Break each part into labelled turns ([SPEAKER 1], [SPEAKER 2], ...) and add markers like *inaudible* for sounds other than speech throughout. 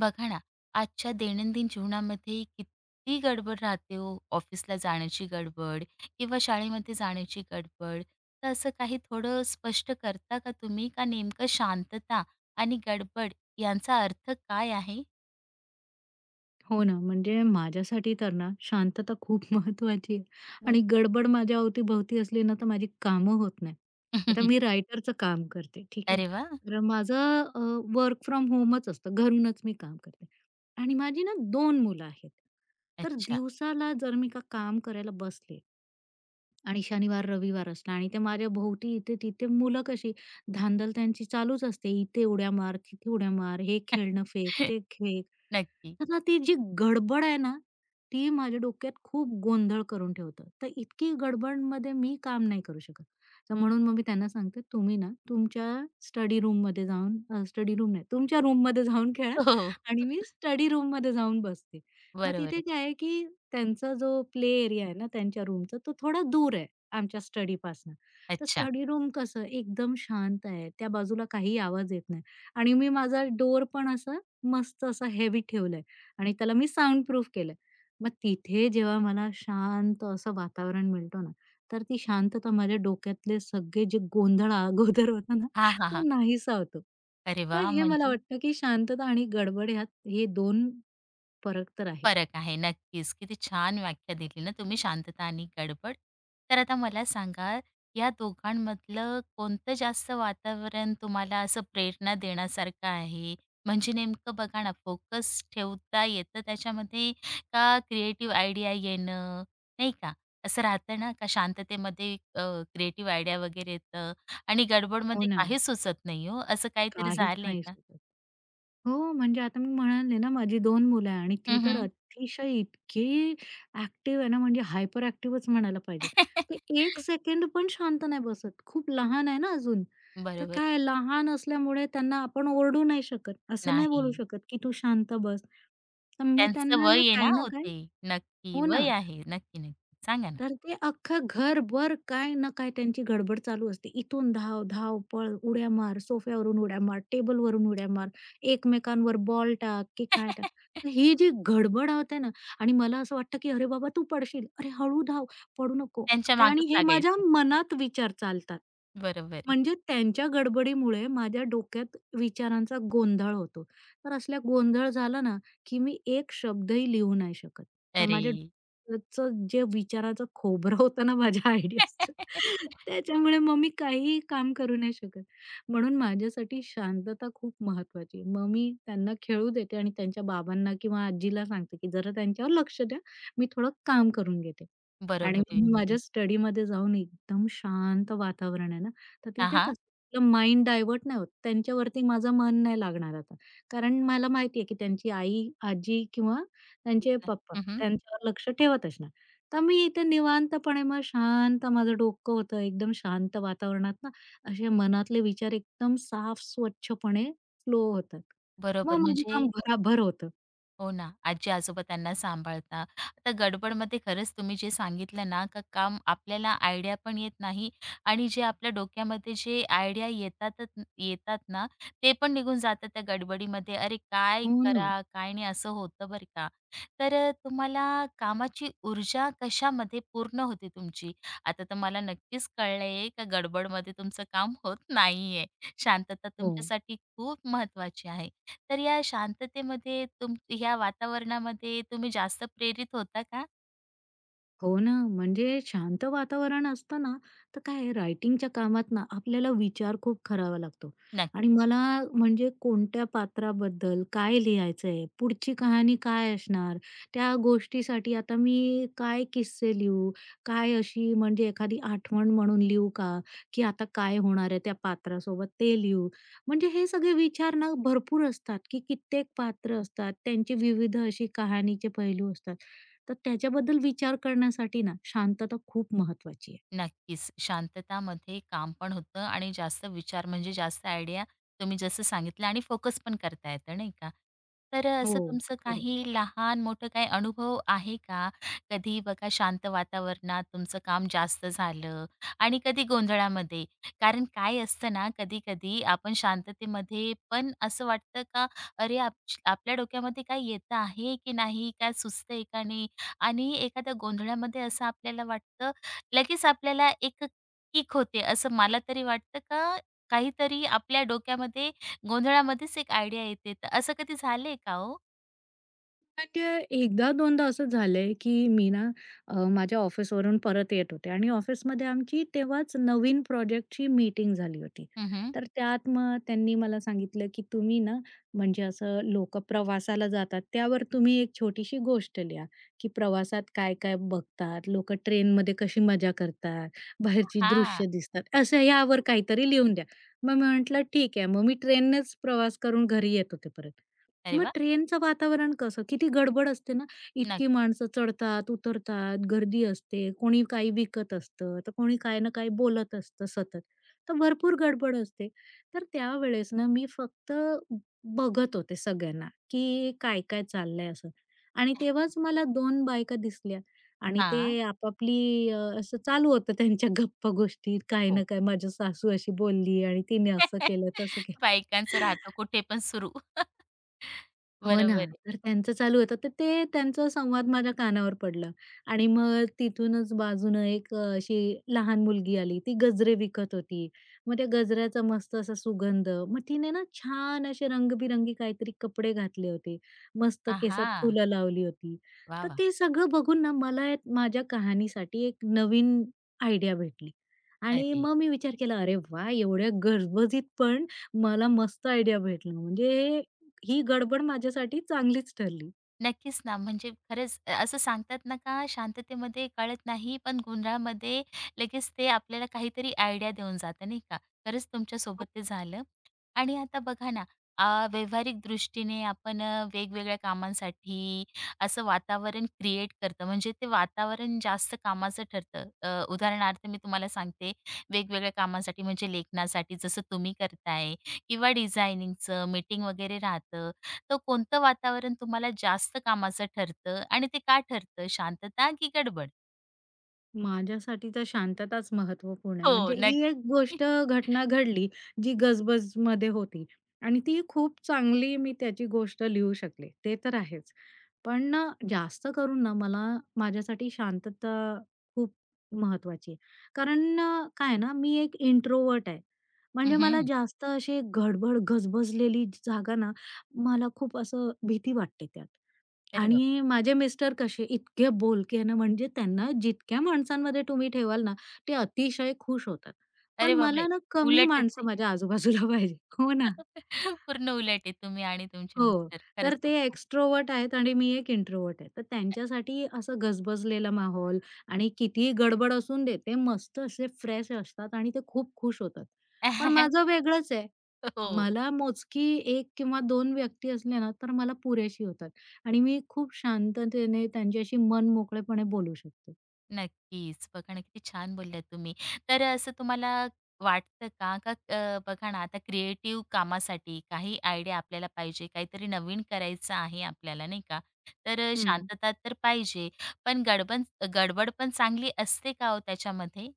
[SPEAKER 1] बघा ना, आजच्या दैनंदिन जीवनामध्ये किती गडबड राहते हो. ऑफिसला जाण्याची गडबड किंवा शाळेमध्ये जाण्याची गडबड. तर असं काही थोडं स्पष्ट करता का तुम्ही? का नेमकं शांतता आणि गडबड यांचा अर्थ काय आहे?
[SPEAKER 2] हो ना, म्हणजे माझ्यासाठी तर ना शांतता खूप *laughs* महत्वाची आहे आणि
[SPEAKER 1] बरोबर.
[SPEAKER 2] गडबड माझ्या अवतीभोवती असली ना, तर माझी कामं होत नाही. आता मी
[SPEAKER 1] *laughs*
[SPEAKER 2] रायटरचं काम करते, ठीक आहे.
[SPEAKER 1] अरे वा,
[SPEAKER 2] तर माझं वर्क फ्रॉम होमच असतं. घरूनच मी काम करते आणि माझी ना दोन मुलं आहेत. तर
[SPEAKER 1] अच्छा.
[SPEAKER 2] दिवसाला जर मी का काम करायला बसले आणि शनिवार, रविवार असला आणि ते माझ्या भोवती इथे-तिथे मुलं कशी धांदल त्यांची चालूच असते. इथे उड्या मार, तिथे उड्या मार, हे खेळणं फेक,
[SPEAKER 1] *laughs*
[SPEAKER 2] ते खेळ
[SPEAKER 1] नक्की.
[SPEAKER 2] तर ना ती जी गडबड आहे ना, ती माझ्या डोक्यात खूप गोंधळ करून ठेवतं. तर इतकी गडबडमध्ये मी काम नाही करू शकत. तर म्हणून मग मी त्यांना सांगते, "तुम्ही ना तुमच्या स्टडी रूममध्ये जाऊन स्टडी रूम नाही, तुमच्या रूममध्ये जाऊन खेळा
[SPEAKER 1] हो, हो.
[SPEAKER 2] आणि मी स्टडी रूममध्ये जाऊन बसते." मग
[SPEAKER 1] बरोबर
[SPEAKER 2] तिथे
[SPEAKER 1] आहे.
[SPEAKER 2] काय आहे, की त्यांचा जो प्ले एरिया आहे ना त्यांच्या रूमचा, तो थोडा दूर आहे आमच्या स्टडीपासनं. तर
[SPEAKER 1] अच्छा.
[SPEAKER 2] स्टडी रूम कसं एकदम शांत आहे, त्या बाजूला काही आवाज येत नाही आणि मी माझा डोर पण असं मस्त असा हेवी ठेवला आणि त्याला मी साउंड प्रूफ केलं. मग तिथे जेव्हा मला शांत असं वातावरण मिळतो ना, तर ती शांतता माझ्या डोक्यातले सगळे जे गोंधळ अगोदर होता ना,
[SPEAKER 1] हां, हां, हां.
[SPEAKER 2] तो नाहीसा होतो.
[SPEAKER 1] अरे
[SPEAKER 2] तर
[SPEAKER 1] वाह!
[SPEAKER 2] हे मला
[SPEAKER 1] म्हणजे?
[SPEAKER 2] वाटतं, की शांतता आणि गडबड ह्यात हे दोन फरक तर आहे.
[SPEAKER 1] फरक आहे. नक्कीच. किती छान व्याख्या दिली ना तुम्ही शांतता आणि गडबड. तर आता मला सांगा, या दोघांमधलं कोणतं जास्त वातावरण तुम्हाला असं प्रेरणा देण्यासारखं आहे? म्हणजे नेमकं बघा ना, फोकस ठेवता येतं त्याच्यामध्ये का क्रिएटिव्ह आयडिया येणं, नाही का? असं राहतं ना का शांततेमध्ये क्रिएटिव्ह आयडिया वगैरे येतं आणि
[SPEAKER 2] हो
[SPEAKER 1] गडबडमध्ये
[SPEAKER 2] ना.
[SPEAKER 1] काहीच सुचत नाही हो, असं काहीतरी
[SPEAKER 2] काहीच
[SPEAKER 1] झालंय
[SPEAKER 2] नाही
[SPEAKER 1] का?
[SPEAKER 2] सुचत. हो, म्हणजे आता मी म्हणाले ना, माझी दोन मुलं आहे आणि ती
[SPEAKER 1] हं,
[SPEAKER 2] तर
[SPEAKER 1] हं.
[SPEAKER 2] अतिशय इतकी ॲक्टिव्ह आहे ना, म्हणजे हायपर ॲक्टिव्हच म्हणायला पाहिजे. ते 1
[SPEAKER 1] *laughs*
[SPEAKER 2] सेकंड पण शांत नाही बसत. खूप लहान आहे ना अजून. तर
[SPEAKER 1] बरोबर
[SPEAKER 2] काय लहान असल्यामुळे त्यांना आपण ओरडू नाही शकत. असं नाही
[SPEAKER 1] नाही.
[SPEAKER 2] बोलू शकत, की तू शांत बस. तर मी
[SPEAKER 1] त्यांचं
[SPEAKER 2] त्यांना ना,
[SPEAKER 1] वय आहे ना
[SPEAKER 2] काय ना
[SPEAKER 1] हो
[SPEAKER 2] काय
[SPEAKER 1] नक्की
[SPEAKER 2] हो ना.
[SPEAKER 1] वय आहे. नक्की, नक्की. सांगा ना.
[SPEAKER 2] तर ते अख्खं घरभर काय ना काय त्यांची गडबड चालू असते. इथून धाव, धाव, पळ, उड्या मार, सोफ्यावरून उड्या मार, टेबलवरून उड्या मार, एकमेकांवर बॉल टाक की काय टाक.
[SPEAKER 1] *laughs*
[SPEAKER 2] तर ही जी गडबड होते ना आणि मला असं वाटतं की "अरे बाबा, तू पडशील. अरे हळू धाव, पडू नको."
[SPEAKER 1] त्यांच्या
[SPEAKER 2] ते आणि
[SPEAKER 1] मागच
[SPEAKER 2] हे माझ्या
[SPEAKER 1] लागायचं.
[SPEAKER 2] मनात विचार चालतात.
[SPEAKER 1] बरोबर आहे.
[SPEAKER 2] म्हणजे त्यांच्या गडबडीमुळे माझ्या डोक्यात विचारांचा गोंधळ होतो. तर असल्या गोंधळ झाला ना, की मी एक शब्दही लिहू नाही शकत. तर
[SPEAKER 1] अरे!
[SPEAKER 2] माझ्या त्याचं जे विचाराचं खोबरं *laughs* होतं ना माझ्या आयडियाजचं,
[SPEAKER 1] *laughs*
[SPEAKER 2] त्याच्यामुळे मग मी काहीही काम करू नाही शकत. म्हणून माझ्यासाठी शांतता खूप महत्वाची आहे. मग मी त्यांना खेळू देते आणि त्यांच्या बाबांना किंवा आजीला सांगते, की "जरा त्यांच्यावर लक्ष द्या, मी थोडं काम करून घेते." आणि
[SPEAKER 1] बरोबर
[SPEAKER 2] मग
[SPEAKER 1] आहे.
[SPEAKER 2] मी माझ्या स्टडीमध्ये जाऊन एकदम शांत वातावरण आहे ना, तर
[SPEAKER 1] हां,
[SPEAKER 2] तिथे
[SPEAKER 1] हां.
[SPEAKER 2] कसं आपलं माइंड डायव्हर्ट नाही होत. त्यांच्यावरती माझं मन नाही लागणार आता. कारण मला माहिती आहे, की त्यांची आई, आजी किंवा त्यांचे
[SPEAKER 1] घेतलं.
[SPEAKER 2] पप्पा
[SPEAKER 1] हं,
[SPEAKER 2] त्यांच्यावर लक्ष ठेवत असणार. तर मी इथे निवांतपणे मग शांत माझं डोकं होतं एकदम शांत वातावरणात ना, असे मनातले विचार एकदम साफ स्वच्छपणे फ्लो होतात. मग
[SPEAKER 1] बरोबर
[SPEAKER 2] माझं
[SPEAKER 1] म्हणजे
[SPEAKER 2] काम भराभर होतं.
[SPEAKER 1] हो ना. आजी-आजोबा त्यांना सांभाळता. आता गडबडमध्ये खरंच तुम्ही जे सांगितलं ना, का काम आपल्याला आयडिया पण येत नाही आणि जे आपल्या डोक्यामध्ये जे आयडिया येतातच येतात ना, ते पण निघून जातात त्या गडबडीमध्ये. अरे, काय
[SPEAKER 2] हो ना.
[SPEAKER 1] करा, काय नाही असं होतं बरं का. तर तुम्हाला कामाची ऊर्जा कशामध्ये पूर्ण होते तुमची? आता तर मला नक्कीच कळलंय का गडबडमध्ये तुमचं काम होत नाहीये. शांतता
[SPEAKER 2] हो.
[SPEAKER 1] तुमच्यासाठी खूप महत्त्वाची आहे. तर या शांततेमध्ये ह्या वातावरणामध्ये तुम्ही जास्त प्रेरित होता का?
[SPEAKER 2] हो ना, म्हणजे शांत वातावरण असतं ना, तर काय आहे रायटिंगच्या कामात ना आपल्याला विचार खूप करावा लागतो आणि
[SPEAKER 1] नक्की.
[SPEAKER 2] मला म्हणजे कोणत्या पात्राबद्दल काय लिहायचंय, पुढची कहाणी काय असणार, त्या गोष्टीसाठी आता मी काय किस्से लिहू, काय अशी म्हणजे एखादी आठवण म्हणून लिहू का, की आता काय होणार आहे त्या पात्रासोबत ते लिहू. म्हणजे हे सगळे विचार ना भरपूर असतात, की कित्येक पात्र असतात, त्यांची विविध अशी कहाणीचे पैलू असतात. तर त्याच्याबद्दल विचार करण्यासाठी ना शांतता खूप महत्वाची आहे.
[SPEAKER 1] नक्कीच. शांततामध्ये काम पण होतं आणि जास्त विचार म्हणजे जास्त आयडिया तुम्ही जसं सांगितलं आणि फोकस पण करता येतं नाही का? तर
[SPEAKER 2] हो,
[SPEAKER 1] असं तुमचं
[SPEAKER 2] खरंच.
[SPEAKER 1] काही लहान-मोठं काही अनुभव आहे का? कधी बघा शांत वातावरणात तुमचं काम जास्त झालं आणि कधी गोंधळामध्ये. कारण काय असतं ना, कधी-कधी आपण शांततेमध्ये पण असं वाटतं का, "अरे, आपल्या डोक्यामध्ये काय येतं आहे की नाही? काय सुचतंय का नाही?" आणि एखाद्या गोंधळामध्ये असं आपल्याला वाटतं लगेच आपल्याला एक किक होते असं मला तरी वाटतं का काहीतरी आपल्या डोक्यामध्ये गोंधळामध्येच एक आयडिया येते. तर असं कधी झालंय का हो?
[SPEAKER 2] म्हणजे एकदा दोनदा असं झालंय, की मी ना माझ्या ऑफिसवरून परत येत होते आणि ऑफिसमध्ये आमची तेव्हाच नवीन प्रोजेक्टची मीटिंग झाली होती.
[SPEAKER 1] हं, हं.
[SPEAKER 2] तर त्यात मग त्यांनी मला सांगितलं, की तुम्ही ना म्हणजे असं लोकं प्रवासाला जातात, त्यावर तुम्ही एक छोटीशी गोष्ट लिहा, की प्रवासात काय-काय बघतात, लोकं ट्रेनमध्ये कशी मजा करतात, बाहेरची
[SPEAKER 1] हां.
[SPEAKER 2] दृश्य दिसतात, असं यावर काहीतरी लिहून द्या. मग मी म्हटलं ठीक आहे. मग मी ट्रेननेच प्रवास करून घरी येत होते परत.
[SPEAKER 1] अरे
[SPEAKER 2] मग
[SPEAKER 1] वा,
[SPEAKER 2] ट्रेनचं वातावरण कसं? किती गडबड असते ना. इतकी
[SPEAKER 1] नक्की.
[SPEAKER 2] माणसं चढतात, उतरतात, गर्दी असते, कोणी काही विकत असतं, तर कोणी काही ना काही बोलत असतं सतत. तर भरपूर गडबड असते. तर त्यावेळेस ना मी फक्त बघत होते सगळ्यांना, की काय-काय चाललंय असं. आणि तेव्हाच मला 2 बायका दिसल्या आणि
[SPEAKER 1] हां.
[SPEAKER 2] ते आपापली असं चालू होतं त्यांच्या गप्पा गोष्टी, काही
[SPEAKER 1] हो.
[SPEAKER 2] ना काही माझी सासू अशी बोलली आणि तिने असं केलं, तसं केलं.
[SPEAKER 1] *laughs* बायकांचं राहतं कुठे पण सुरू.
[SPEAKER 2] हो ना.
[SPEAKER 1] बरोबर आहे.
[SPEAKER 2] तर त्यांचं चालू होतं. तर ते त्यांचा संवाद माझ्या कानावर पडला आणि मग तिथूनच बाजूनं एक अशी लहान मुलगी आली. ती गजरे विकत होती. मग त्या गजऱ्याचा मस्त असा सुगंध. मग तिने ना छान असे रंगबिरंगी काहीतरी कपडे घातले होते. मस्त केसात
[SPEAKER 1] आहा!
[SPEAKER 2] फुलं लावली होती.
[SPEAKER 1] वाह,
[SPEAKER 2] तर
[SPEAKER 1] वाह!
[SPEAKER 2] ते सगळं बघून ना मला एक माझ्या कहाणीसाठी एक नवीन आयडिया भेटली आणि
[SPEAKER 1] अरे.
[SPEAKER 2] मग मी विचार केला, "अरे वाह! एवढ्या गजबजीत पण मला मस्त आयडिया भेटलं. म्हणजे हे ही गडबड माझ्यासाठी चांगलीच ठरली.
[SPEAKER 1] नक्कीच ना, म्हणजे खरंच असं सांगतात ना का शांततेमध्ये कळत नाही, पण गोंधळामध्ये लगेच ते आपल्याला काहीतरी आयडिया देऊन जातं, नाही का? खरंच तुमच्यासोबत
[SPEAKER 2] हो.
[SPEAKER 1] ते झालं. आणि आता बघा ना, अ, व्यावहारिक दृष्टीने आपण वेगवेगळ्या कामांसाठी असं वातावरण क्रिएट करतं, म्हणजे ते वातावरण जास्त कामाचं ठरतं. उदाहरणार्थ मी तुम्हाला सांगते, वेगवेगळ्या कामांसाठी म्हणजे लेखनासाठी जसं तुम्ही करताय किंवा डिझायनिंगचं, मीटिंग वगैरे राहतं. तर कोणतं वातावरण तुम्हाला जास्त कामाचं ठरतं आणि ते का ठरतं? शांतता की गडबड?
[SPEAKER 2] माझ्यासाठी तर शांतताच महत्त्वपूर्ण आहे.
[SPEAKER 1] हो,
[SPEAKER 2] म्हणजे ही एक
[SPEAKER 1] नक्की.
[SPEAKER 2] गोष्ट घटना घडली, जी गजबजमध्ये होती आणि ती खूप चांगली मी त्याची गोष्ट लिहू शकले. ते तर आहेच. पण ना जास्त करून ना मला माझ्यासाठी शांतता खूप महत्त्वाची आहे. कारण काय आहे ना मी एक इंट्रोव्हर्ट आहे. म्हणजे मला
[SPEAKER 1] हं,
[SPEAKER 2] जास्त अशी गडबड गजबजलेली जागा ना मला खूप असं भीती वाटते त्यात.
[SPEAKER 1] अरे बाप
[SPEAKER 2] आणि माझे मिस्टर कसे इतके बोलके ना, म्हणजे त्यांना जितक्या माणसांमध्ये तुम्ही ठेवाल ना, ते अतिशय खुश होतात.
[SPEAKER 1] अरे
[SPEAKER 2] पण
[SPEAKER 1] बापरे!
[SPEAKER 2] मला ना कमी
[SPEAKER 1] उलटच
[SPEAKER 2] माणसं
[SPEAKER 1] आहे.
[SPEAKER 2] माझ्या आजूबाजूला *laughs* पाहिजे. हो ना.
[SPEAKER 1] *laughs* पूर्ण उलट आहे तुम्ही आणि तुमचे
[SPEAKER 2] हो.
[SPEAKER 1] मिस्टर.
[SPEAKER 2] तर
[SPEAKER 1] खरंच
[SPEAKER 2] ते
[SPEAKER 1] खूप छान.
[SPEAKER 2] एक्स्ट्रोव्हर्ट आहेत आणि मी एक इंट्रोव्हर्ट आहे. तर त्यांच्यासाठी असं गजबजलेला माहोल आणि कितीही गडबड असून दे, ते मस्त असे फ्रेश असतात आणि ते खूप खुश होतात. पण
[SPEAKER 1] *laughs*
[SPEAKER 2] माझं वेगळंच आहे.
[SPEAKER 1] हो.
[SPEAKER 2] मला मोजकी एक किंवा दोन व्यक्ती असल्या ना, तर मला पुरेशी होतात आणि मी खूप शांततेने त्यांच्याशी मन मोकळेपणे बोलू शकते.
[SPEAKER 1] नक्कीच. बघा ना, किती छान बोललात तुम्ही. तर असं तुम्हाला वाटतं का, का बघा ना, आता क्रिएटिव्ह कामासाठी काही आयडिया आपल्याला पाहिजे, काहीतरी नवीन करायचं आहे आपल्याला, नाही का? तर शांतता तर पाहिजे, पण गडबड गडबड पण चांगली असते का हो त्याच्यामध्ये?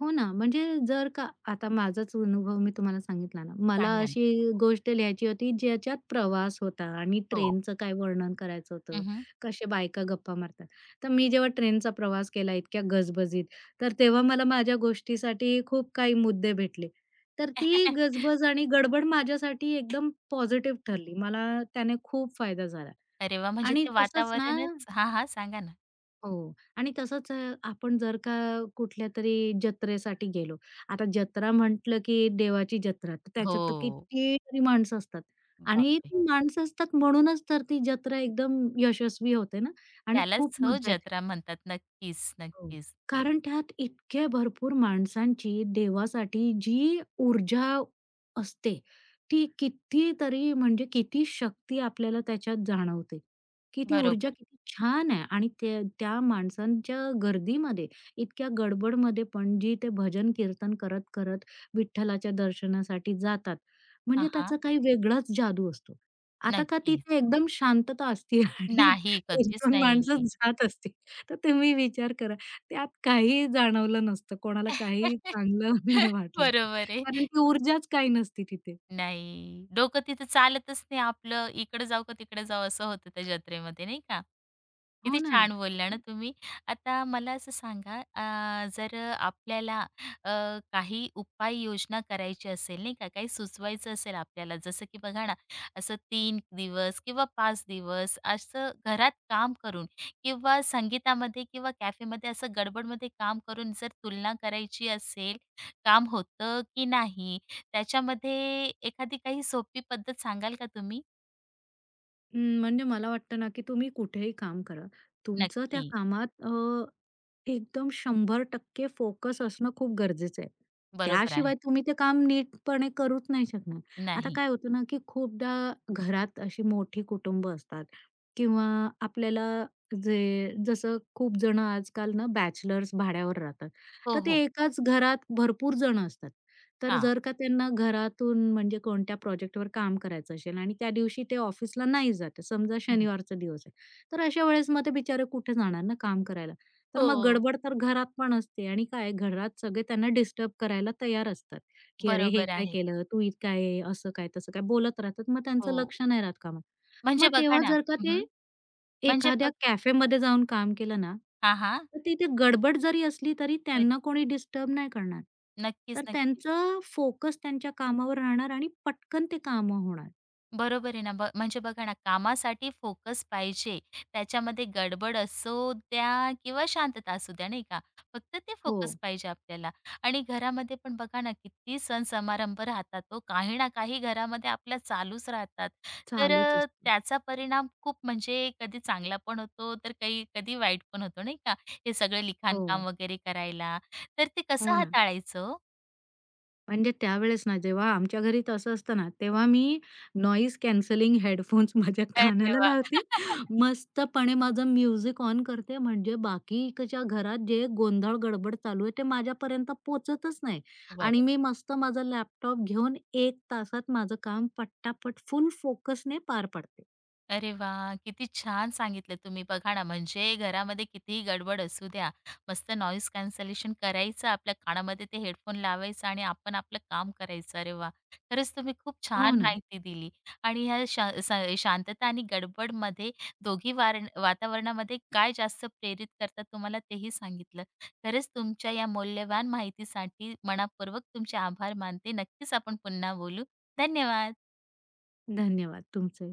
[SPEAKER 2] हो ना, म्हणजे जर का आता माझाच अनुभव मी तुम्हाला सांगितला ना, मला
[SPEAKER 1] सांगा ना?
[SPEAKER 2] अशी गोष्ट लिहायची होती ज्याच्यात प्रवास होता आणि
[SPEAKER 1] हो.
[SPEAKER 2] ट्रेनचं काय वर्णन करायचं होतं,
[SPEAKER 1] हं, हं.
[SPEAKER 2] कसे बायका गप्पा मारतात. तर मी जेव्हा ट्रेनचा प्रवास केला इतक्या गजबजीत, तर तेव्हा मला माझ्या गोष्टीसाठी खूप काही मुद्दे भेटले. तर ती
[SPEAKER 1] *laughs*
[SPEAKER 2] गजबज आणि गडबड माझ्यासाठी एकदम पॉझिटिव्ह ठरली. मला त्याने खूप फायदा झाला
[SPEAKER 1] अरे वाह! म्हणजे
[SPEAKER 2] आणि
[SPEAKER 1] ते
[SPEAKER 2] तसंच ना
[SPEAKER 1] वातावरणच हां, हां. सांगा ना?
[SPEAKER 2] हो. आणि तसंच आपण जर का कुठल्यातरी जत्रेसाठी गेलो. आता जत्रा म्हटलं की देवाची जत्रा, तर त्याच्यात तर
[SPEAKER 1] हो.
[SPEAKER 2] कितीतरी माणसं असतात आणि
[SPEAKER 1] बापरे!
[SPEAKER 2] ती माणसं असतात म्हणूनच तर ती जत्रा एकदम यशस्वी होते ना आणि खूप
[SPEAKER 1] त्यालाच हो
[SPEAKER 2] मजा येते.
[SPEAKER 1] जत्रा म्हणतात. नक्कीच,
[SPEAKER 2] हो.
[SPEAKER 1] नक्कीच.
[SPEAKER 2] कारण त्यात इतक्या भरपूर माणसांची देवासाठी जी ऊर्जा असते, ती कितीतरी म्हणजे किती शक्ती आपल्याला त्याच्यात जाणवते. की ती ऊर्जा
[SPEAKER 1] बरोबर.
[SPEAKER 2] किती छान आहे आणि त्या त्या माणसांच्या गर्दीमध्ये, इतक्या गडबडमध्ये पण जी ते भजन-कीर्तन करत-करत विठ्ठलाच्या दर्शनासाठी जातात,
[SPEAKER 1] हां,
[SPEAKER 2] म्हणजे
[SPEAKER 1] हां.
[SPEAKER 2] त्याचा काही वेगळाच जादू असतो. आता का
[SPEAKER 1] नक्कीच.
[SPEAKER 2] तिथे एकदम शांतता असते *laughs* आणि
[SPEAKER 1] नाही, कधीच
[SPEAKER 2] 1-2
[SPEAKER 1] नाही.
[SPEAKER 2] माणसं जात असते. तर तुम्ही विचार करा, त्यात काही जाणवलं नसतं. कोणाला काही
[SPEAKER 1] *laughs*
[SPEAKER 2] चांगलं *laughs* नाही वाटलं.
[SPEAKER 1] बरोबर आहे.
[SPEAKER 2] कारण ती ऊर्जाच काही नसती तिथे.
[SPEAKER 1] नाही. डोकं तिथं चालतच नाही आपलं. इकडे जाऊ का तिकडे जाऊ असं होतं त्या जत्रेमध्ये नाही का? किती
[SPEAKER 2] हो ना.
[SPEAKER 1] छान बोलल्या ना तुम्ही. आता मला असं सांगा जर आपल्याला अ, काही उपाययोजना करायची असेल नाही का, काही सुचवायचं असेल आपल्याला जसं की बघा ना, असं 3 दिवस किंवा 5 दिवस असं घरात काम करून किंवा संगीतामध्ये किंवा कॅफेमध्ये असं गडबडमध्ये काम करून जर तुलना करायची असेल, काम होतं की नाही? त्याच्यामध्ये एखादी काही सोपी पद्धत सांगाल का तुम्ही?
[SPEAKER 2] हं, म्हणजे मला वाटतं ना, की तुम्ही कुठेही काम करा. तुमचं त्या
[SPEAKER 1] नक्की.
[SPEAKER 2] कामात एकदम 100% फोकस असणं खूप गरजेचं आहे.
[SPEAKER 1] बरोबर आहे.
[SPEAKER 2] त्याशिवाय तुम्ही ते काम नीटपणे करूच नाही शकणार. आता
[SPEAKER 1] नाही.
[SPEAKER 2] काय होतं ना, की खूपदा घरात अशी मोठी कुटुंब असतात किंवा आपल्याला जे जसं खूप जण आजकाल ना, बॅचलर्स भाड्यावर राहतात.
[SPEAKER 1] हो,
[SPEAKER 2] तर
[SPEAKER 1] हो.
[SPEAKER 2] ते एकाच घरात भरपूर जण असतात. तर
[SPEAKER 1] हां.
[SPEAKER 2] जर का त्यांना घरातून म्हणजे कोणत्या प्रोजेक्टवर काम करायचं असेल आणि त्या दिवशी ते ऑफिसला नाही जाते, आहे, समजा
[SPEAKER 1] हं, हं.
[SPEAKER 2] शनिवारचा दिवस आहे, तर अशा वेळेस मग ते बिचारे कुठे जाणार ना काम करायला. तर मग
[SPEAKER 1] हो.
[SPEAKER 2] गडबड तर घरात पण असते आणि काय घरात सगळे त्यांना डिस्टर्ब करायला तयार असतात, की "अरे, हे
[SPEAKER 1] बरोबर
[SPEAKER 2] काय
[SPEAKER 1] आहे.
[SPEAKER 2] केलं? तू इत काय? असं काय, तसं काय?" बोलत राहतात. मग त्यांचं
[SPEAKER 1] हो.
[SPEAKER 2] लक्ष नाही राहत कामात.
[SPEAKER 1] म्हणजे
[SPEAKER 2] मग
[SPEAKER 1] बघा
[SPEAKER 2] तेव्हा
[SPEAKER 1] ना
[SPEAKER 2] जर का
[SPEAKER 1] हं,
[SPEAKER 2] ते
[SPEAKER 1] हं. म्हणजे
[SPEAKER 2] एखाद्या
[SPEAKER 1] फक्त
[SPEAKER 2] कॅफेमध्ये जाऊन काम केलं ना,
[SPEAKER 1] हां, हां.
[SPEAKER 2] तर तिथे गडबड जरी असली तरी
[SPEAKER 1] तरी
[SPEAKER 2] त्यांना कोणी डिस्टर्ब नाही करणार.
[SPEAKER 1] नक्कीच,
[SPEAKER 2] तर
[SPEAKER 1] नक्कीच.
[SPEAKER 2] त्यांचं फोकस त्यांच्या कामावर राहणार आणि पटकन ते कामं होणार.
[SPEAKER 1] बरोबर आहे ना. म्हणजे बघा ना, कामासाठी फोकस पाहिजे. त्याच्यामध्ये गडबड असू द्या किंवा शांतता असू द्या, नाही का? फक्त ते
[SPEAKER 2] हो,
[SPEAKER 1] फोकस पाहिजे आपल्याला. आणि घरामध्ये पण बघा ना, किती सण समारंभ राहतात ओ. काही ना काही घरामध्ये आपल्या चालूच राहतात. तर
[SPEAKER 2] चालूच असतं.
[SPEAKER 1] त्याचा परिणाम खूप म्हणजे कधी चांगला पण होतो, तर काही कधी वाईट पण होतो, नाही का? हे सगळं
[SPEAKER 2] हो,
[SPEAKER 1] लिखाणकाम वगैरे करायला. तर ते कसं
[SPEAKER 2] हो ना.
[SPEAKER 1] हाताळायचं
[SPEAKER 2] म्हणजे त्यावेळेस ना, जेव्हा आमच्या घरी तसं असतं ना, तेव्हा मी नॉईज कॅन्सलिंग हेडफोन्स *laughs* माझ्या
[SPEAKER 1] अरे
[SPEAKER 2] कानाला
[SPEAKER 1] वाह!
[SPEAKER 2] लावते.
[SPEAKER 1] *laughs*
[SPEAKER 2] मस्तपणे माझं म्युझिक ऑन करते, म्हणजे बाकीच्या घरात जे गोंधळ गडबड चालू आहे, ते माझ्यापर्यंत पोहोचतच नाही. आणि
[SPEAKER 1] बरोबर.
[SPEAKER 2] मी मस्त माझा लॅपटॉप घेऊन 1 तासात माझं काम पटापट फुल फोकसने पार पाडते.
[SPEAKER 1] अरे वा, किती छान सांगितलं तुम्ही. बघा ना, म्हणजे घरामध्ये कितीही गडबड असू द्या, मस्त नॉईज कॅन्सलेशन करायचं, आपल्या कानामध्ये ते हेडफोन लावायचं आणि आपण आपलं काम करायचं. अरे वा, खरंच तुम्ही खूप
[SPEAKER 2] हो
[SPEAKER 1] छान
[SPEAKER 2] ना.
[SPEAKER 1] माहिती दिली आणि ह्या शा स शांतता आणि गडबडमध्ये दोघी वातावरणामध्ये काय जास्त प्रेरित करतात तुम्हाला तेही सांगितलं. खरंच तुमच्या या मौल्यवान माहितीसाठी मनापूर्वक तुमचे आभार मानते. नक्कीच आपण पुन्हा बोलू. धन्यवाद.
[SPEAKER 2] धन्यवाद तुमचे.